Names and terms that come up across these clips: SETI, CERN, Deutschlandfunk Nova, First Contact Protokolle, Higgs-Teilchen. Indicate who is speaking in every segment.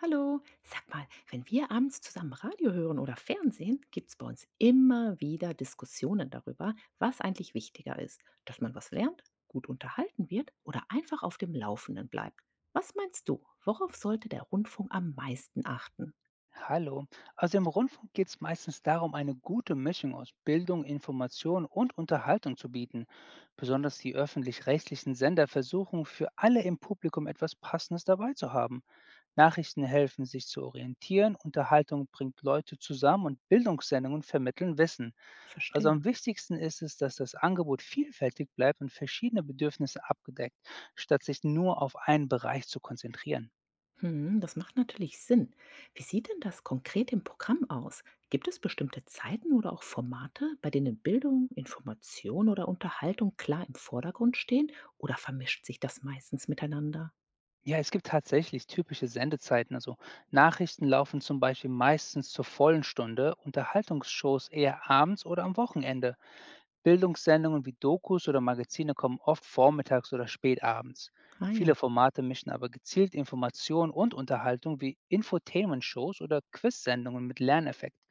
Speaker 1: Hallo, sag mal, wenn wir abends zusammen Radio hören oder Fernsehen, gibt es bei uns immer wieder Diskussionen darüber, was eigentlich wichtiger ist, dass man was lernt, gut unterhalten wird oder einfach auf dem Laufenden bleibt. Was meinst du, worauf sollte der Rundfunk am meisten achten?
Speaker 2: Hallo. Also im Rundfunk geht es meistens darum, eine gute Mischung aus Bildung, Information und Unterhaltung zu bieten. Besonders die öffentlich-rechtlichen Sender versuchen, für alle im Publikum etwas Passendes dabei zu haben. Nachrichten helfen, sich zu orientieren, Unterhaltung bringt Leute zusammen und Bildungssendungen vermitteln Wissen. Also
Speaker 1: Verstehe.
Speaker 2: am wichtigsten ist es, dass das Angebot vielfältig bleibt und verschiedene Bedürfnisse abgedeckt, statt sich nur auf einen Bereich zu konzentrieren.
Speaker 1: Hm, das macht natürlich Sinn. Wie sieht denn das konkret im Programm aus? Gibt es bestimmte Zeiten oder auch Formate, bei denen Bildung, Information oder Unterhaltung klar im Vordergrund stehen oder vermischt sich das meistens miteinander?
Speaker 2: Ja, es gibt tatsächlich typische Sendezeiten. Also Nachrichten laufen zum Beispiel meistens zur vollen Stunde, Unterhaltungsshows eher abends oder am Wochenende. Bildungssendungen wie Dokus oder Magazine kommen oft vormittags oder spät abends.
Speaker 1: Ah ja.
Speaker 2: Viele Formate mischen aber gezielt Information und Unterhaltung wie Infotainment-Shows oder Quiz-Sendungen mit Lerneffekt.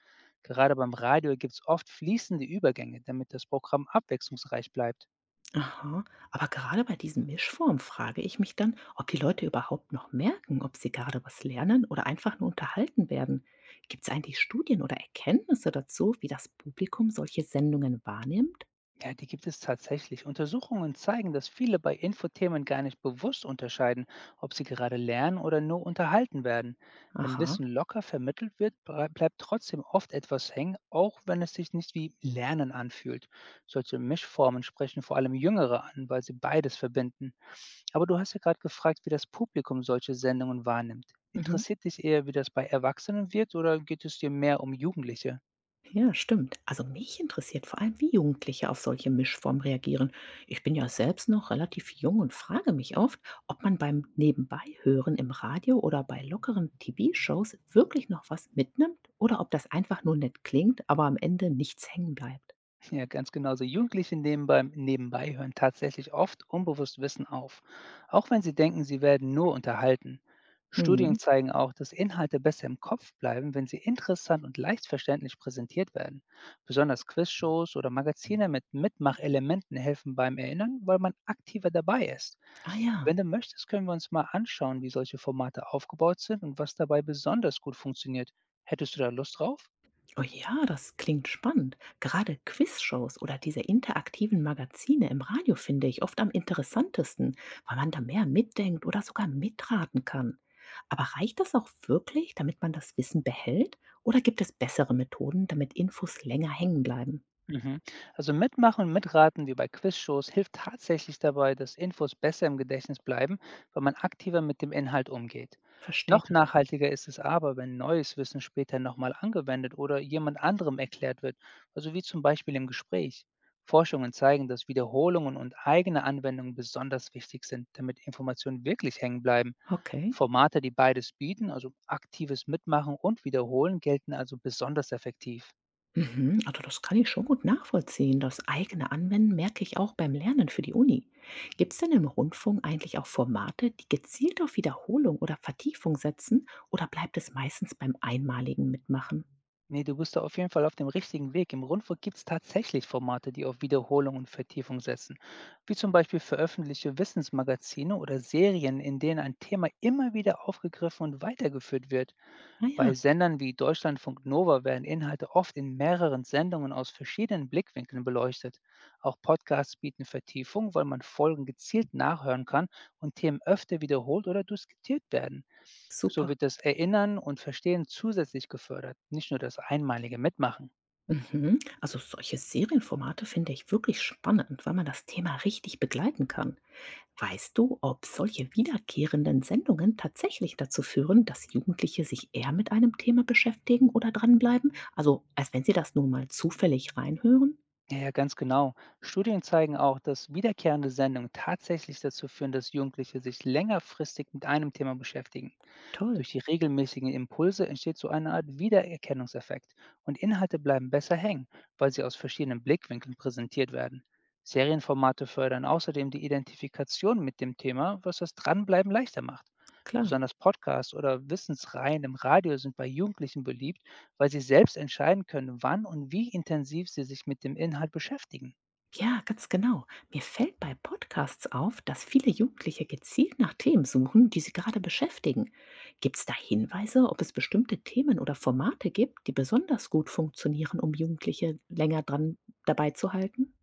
Speaker 2: Gerade beim Radio gibt es oft fließende Übergänge, damit das Programm abwechslungsreich bleibt.
Speaker 1: Aha, aber gerade bei diesen Mischformen frage ich mich dann, ob die Leute überhaupt noch merken, ob sie gerade was lernen oder einfach nur unterhalten werden. Gibt es eigentlich Studien oder Erkenntnisse dazu, wie das Publikum solche Sendungen wahrnimmt?
Speaker 2: Ja, die gibt es tatsächlich. Untersuchungen zeigen, dass viele bei Infothemen gar nicht bewusst unterscheiden, ob sie gerade lernen oder nur unterhalten werden. Wenn
Speaker 1: Aha.
Speaker 2: Wissen locker vermittelt wird, bleibt trotzdem oft etwas hängen, auch wenn es sich nicht wie Lernen anfühlt. Solche Mischformen sprechen vor allem Jüngere an, weil sie beides verbinden. Aber du hast ja gerade gefragt, wie das Publikum solche Sendungen wahrnimmt.
Speaker 1: Mhm.
Speaker 2: Interessiert dich eher, wie das bei Erwachsenen wirkt, oder geht es dir mehr um Jugendliche?
Speaker 1: Ja, stimmt. Also mich interessiert vor allem, wie Jugendliche auf solche Mischformen reagieren. Ich bin ja selbst noch relativ jung und frage mich oft, ob man beim Nebenbeihören im Radio oder bei lockeren TV-Shows wirklich noch was mitnimmt oder ob das einfach nur nett klingt, aber am Ende nichts hängen bleibt.
Speaker 2: Ja, ganz genau. So Jugendliche nehmen beim Nebenbei hören tatsächlich oft unbewusst Wissen auf, auch wenn sie denken, sie werden nur unterhalten.
Speaker 1: Mhm.
Speaker 2: Studien zeigen auch, dass Inhalte besser im Kopf bleiben, wenn sie interessant und leicht verständlich präsentiert werden. Besonders Quizshows oder Magazine mit Mitmachelementen helfen beim Erinnern, weil man aktiver dabei ist.
Speaker 1: Ah ja.
Speaker 2: Wenn du möchtest, können wir uns mal anschauen, wie solche Formate aufgebaut sind und was dabei besonders gut funktioniert. Hättest du da Lust drauf?
Speaker 1: Oh ja, das klingt spannend. Gerade Quizshows oder diese interaktiven Magazine im Radio finde ich oft am interessantesten, weil man da mehr mitdenkt oder sogar mitraten kann. Aber reicht das auch wirklich, damit man das Wissen behält? Oder gibt es bessere Methoden, damit Infos länger hängen bleiben?
Speaker 2: Mhm. Also mitmachen und mitraten wie bei Quizshows hilft tatsächlich dabei, dass Infos besser im Gedächtnis bleiben, weil man aktiver mit dem Inhalt umgeht.
Speaker 1: Verstehe.
Speaker 2: Noch nachhaltiger ist es aber, wenn neues Wissen später nochmal angewendet oder jemand anderem erklärt wird, also wie zum Beispiel im Gespräch. Forschungen zeigen, dass Wiederholungen und eigene Anwendungen besonders wichtig sind, damit Informationen wirklich hängen bleiben.
Speaker 1: Okay.
Speaker 2: Formate, die beides bieten, also aktives Mitmachen und Wiederholen, gelten also besonders effektiv.
Speaker 1: Mhm, also das kann ich schon gut nachvollziehen. Das eigene Anwenden merke ich auch beim Lernen für die Uni. Gibt es denn im Rundfunk eigentlich auch Formate, die gezielt auf Wiederholung oder Vertiefung setzen oder bleibt es meistens beim einmaligen Mitmachen?
Speaker 2: Ne, du bist da auf jeden Fall auf dem richtigen Weg. Im Rundfunk gibt es tatsächlich Formate, die auf Wiederholung und Vertiefung setzen, wie zum Beispiel veröffentlichte Wissensmagazine oder Serien, in denen ein Thema immer wieder aufgegriffen und weitergeführt wird.
Speaker 1: Ja,
Speaker 2: Bei Sendern wie Deutschlandfunk Nova werden Inhalte oft in mehreren Sendungen aus verschiedenen Blickwinkeln beleuchtet. Auch Podcasts bieten Vertiefung, weil man Folgen gezielt nachhören kann und Themen öfter wiederholt oder diskutiert werden. So
Speaker 1: super.
Speaker 2: wird das Erinnern und Verstehen zusätzlich gefördert, nicht nur das einmalige Mitmachen.
Speaker 1: Mhm. Also solche Serienformate finde ich wirklich spannend, weil man das Thema richtig begleiten kann. Weißt du, ob solche wiederkehrenden Sendungen tatsächlich dazu führen, dass Jugendliche sich eher mit einem Thema beschäftigen oder dranbleiben? Also, als wenn sie das nun mal zufällig reinhören?
Speaker 2: Ja, ganz genau. Studien zeigen auch, dass wiederkehrende Sendungen tatsächlich dazu führen, dass Jugendliche sich längerfristig mit einem Thema beschäftigen.
Speaker 1: Toll,
Speaker 2: Durch die regelmäßigen Impulse entsteht so eine Art Wiedererkennungseffekt und Inhalte bleiben besser hängen, weil sie aus verschiedenen Blickwinkeln präsentiert werden. Serienformate fördern außerdem die Identifikation mit dem Thema, was das Dranbleiben leichter macht.
Speaker 1: klar.
Speaker 2: Besonders Podcasts oder Wissensreihen im Radio sind bei Jugendlichen beliebt, weil sie selbst entscheiden können, wann und wie intensiv sie sich mit dem Inhalt beschäftigen.
Speaker 1: Ja, ganz genau. Mir fällt bei Podcasts auf, dass viele Jugendliche gezielt nach Themen suchen, die sie gerade beschäftigen. Gibt es da Hinweise, ob es bestimmte Themen oder Formate gibt, die besonders gut funktionieren, um Jugendliche länger dran dabei zu halten?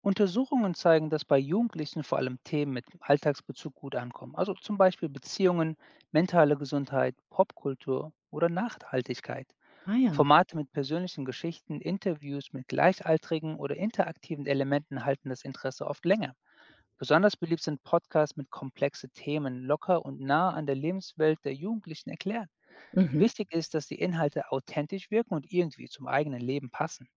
Speaker 2: Untersuchungen zeigen, dass bei Jugendlichen vor allem Themen mit Alltagsbezug gut ankommen, also zum Beispiel Beziehungen, mentale Gesundheit, Popkultur oder Nachhaltigkeit.
Speaker 1: Ah ja.
Speaker 2: Formate mit persönlichen Geschichten, Interviews mit Gleichaltrigen oder interaktiven Elementen halten das Interesse oft länger. Besonders beliebt sind Podcasts mit komplexe Themen, locker und nah an der Lebenswelt der Jugendlichen erklärt.
Speaker 1: Mhm.
Speaker 2: Wichtig ist, dass die Inhalte authentisch wirken und irgendwie zum eigenen Leben passen.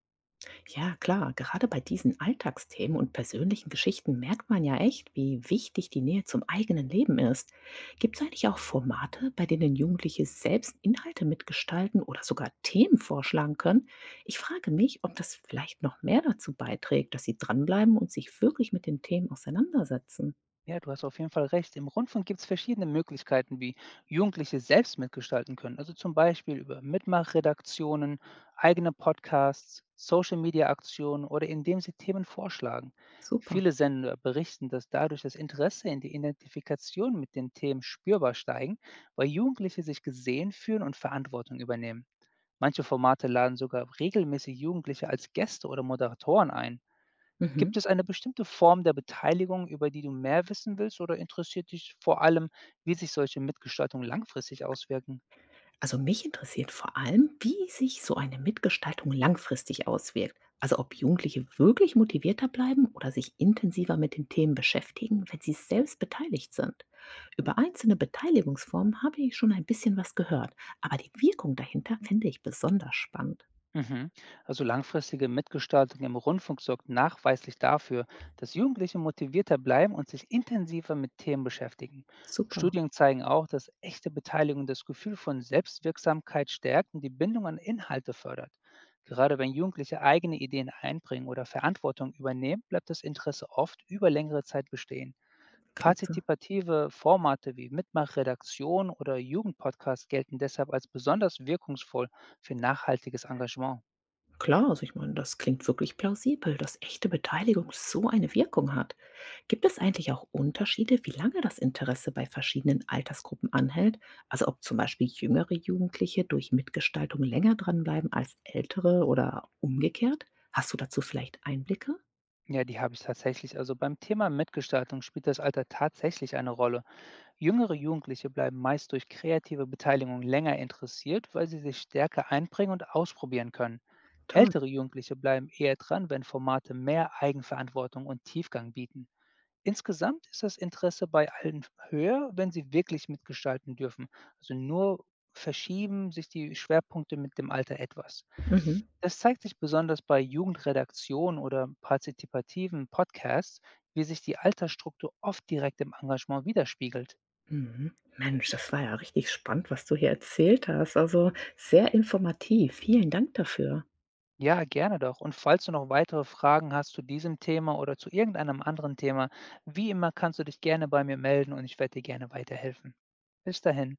Speaker 1: Ja, klar, gerade bei diesen Alltagsthemen und persönlichen Geschichten merkt man ja echt, wie wichtig die Nähe zum eigenen Leben ist. Gibt es eigentlich auch Formate, bei denen Jugendliche selbst Inhalte mitgestalten oder sogar Themen vorschlagen können? Ich frage mich, ob das vielleicht noch mehr dazu beiträgt, dass sie dranbleiben und sich wirklich mit den Themen auseinandersetzen.
Speaker 2: Ja, du hast auf jeden Fall recht. Im Rundfunk gibt es verschiedene Möglichkeiten, wie Jugendliche selbst mitgestalten können. Also zum Beispiel über Mitmachredaktionen, eigene Podcasts, Social-Media-Aktionen oder indem sie Themen vorschlagen.
Speaker 1: Super.
Speaker 2: Viele Sender berichten, dass dadurch das Interesse in die Identifikation mit den Themen spürbar steigen, weil Jugendliche sich gesehen fühlen und Verantwortung übernehmen. Manche Formate laden sogar regelmäßig Jugendliche als Gäste oder Moderatoren ein.
Speaker 1: Mhm.
Speaker 2: Gibt es eine bestimmte Form der Beteiligung, über die du mehr wissen willst, oder interessiert dich vor allem, wie sich solche Mitgestaltungen langfristig auswirken?
Speaker 1: Also mich interessiert vor allem, wie sich so eine Mitgestaltung langfristig auswirkt. Also ob Jugendliche wirklich motivierter bleiben oder sich intensiver mit den Themen beschäftigen, wenn sie selbst beteiligt sind. Über einzelne Beteiligungsformen habe ich schon ein bisschen was gehört, aber die Wirkung dahinter finde ich besonders spannend.
Speaker 2: Mhm. Also langfristige Mitgestaltung im Rundfunk sorgt nachweislich dafür, dass Jugendliche motivierter bleiben und sich intensiver mit Themen beschäftigen.
Speaker 1: Super,
Speaker 2: Studien zeigen auch, dass echte Beteiligung das Gefühl von Selbstwirksamkeit stärkt und die Bindung an Inhalte fördert. Gerade wenn Jugendliche eigene Ideen einbringen oder Verantwortung übernehmen, bleibt das Interesse oft über längere Zeit bestehen.
Speaker 1: klasse.
Speaker 2: Partizipative Formate wie Mitmachredaktion oder Jugendpodcast gelten deshalb als besonders wirkungsvoll für nachhaltiges Engagement.
Speaker 1: Klar, also ich meine, das klingt wirklich plausibel, dass echte Beteiligung so eine Wirkung hat. Gibt es eigentlich auch Unterschiede, wie lange das Interesse bei verschiedenen Altersgruppen anhält? Also ob zum Beispiel jüngere Jugendliche durch Mitgestaltung länger dranbleiben als ältere oder umgekehrt? Hast du dazu vielleicht Einblicke?
Speaker 2: Ja, die habe ich tatsächlich. Also beim Thema Mitgestaltung spielt das Alter tatsächlich eine Rolle. Jüngere Jugendliche bleiben meist durch kreative Beteiligung länger interessiert, weil sie sich stärker einbringen und ausprobieren können.
Speaker 1: Toll.
Speaker 2: Ältere Jugendliche bleiben eher dran, wenn Formate mehr Eigenverantwortung und Tiefgang bieten. Insgesamt ist das Interesse bei allen höher, wenn sie wirklich mitgestalten dürfen. Also nur verschieben sich die Schwerpunkte mit dem Alter etwas.
Speaker 1: Mhm.
Speaker 2: Das zeigt sich besonders bei Jugendredaktionen oder partizipativen Podcasts, wie sich die Altersstruktur oft direkt im Engagement widerspiegelt.
Speaker 1: Mhm. Mensch, das war ja richtig spannend, was du hier erzählt hast. Also sehr informativ. Vielen Dank dafür.
Speaker 2: Ja, gerne doch. Und falls du noch weitere Fragen hast zu diesem Thema oder zu irgendeinem anderen Thema, wie immer kannst du dich gerne bei mir melden und ich werde dir gerne weiterhelfen. Bis dahin.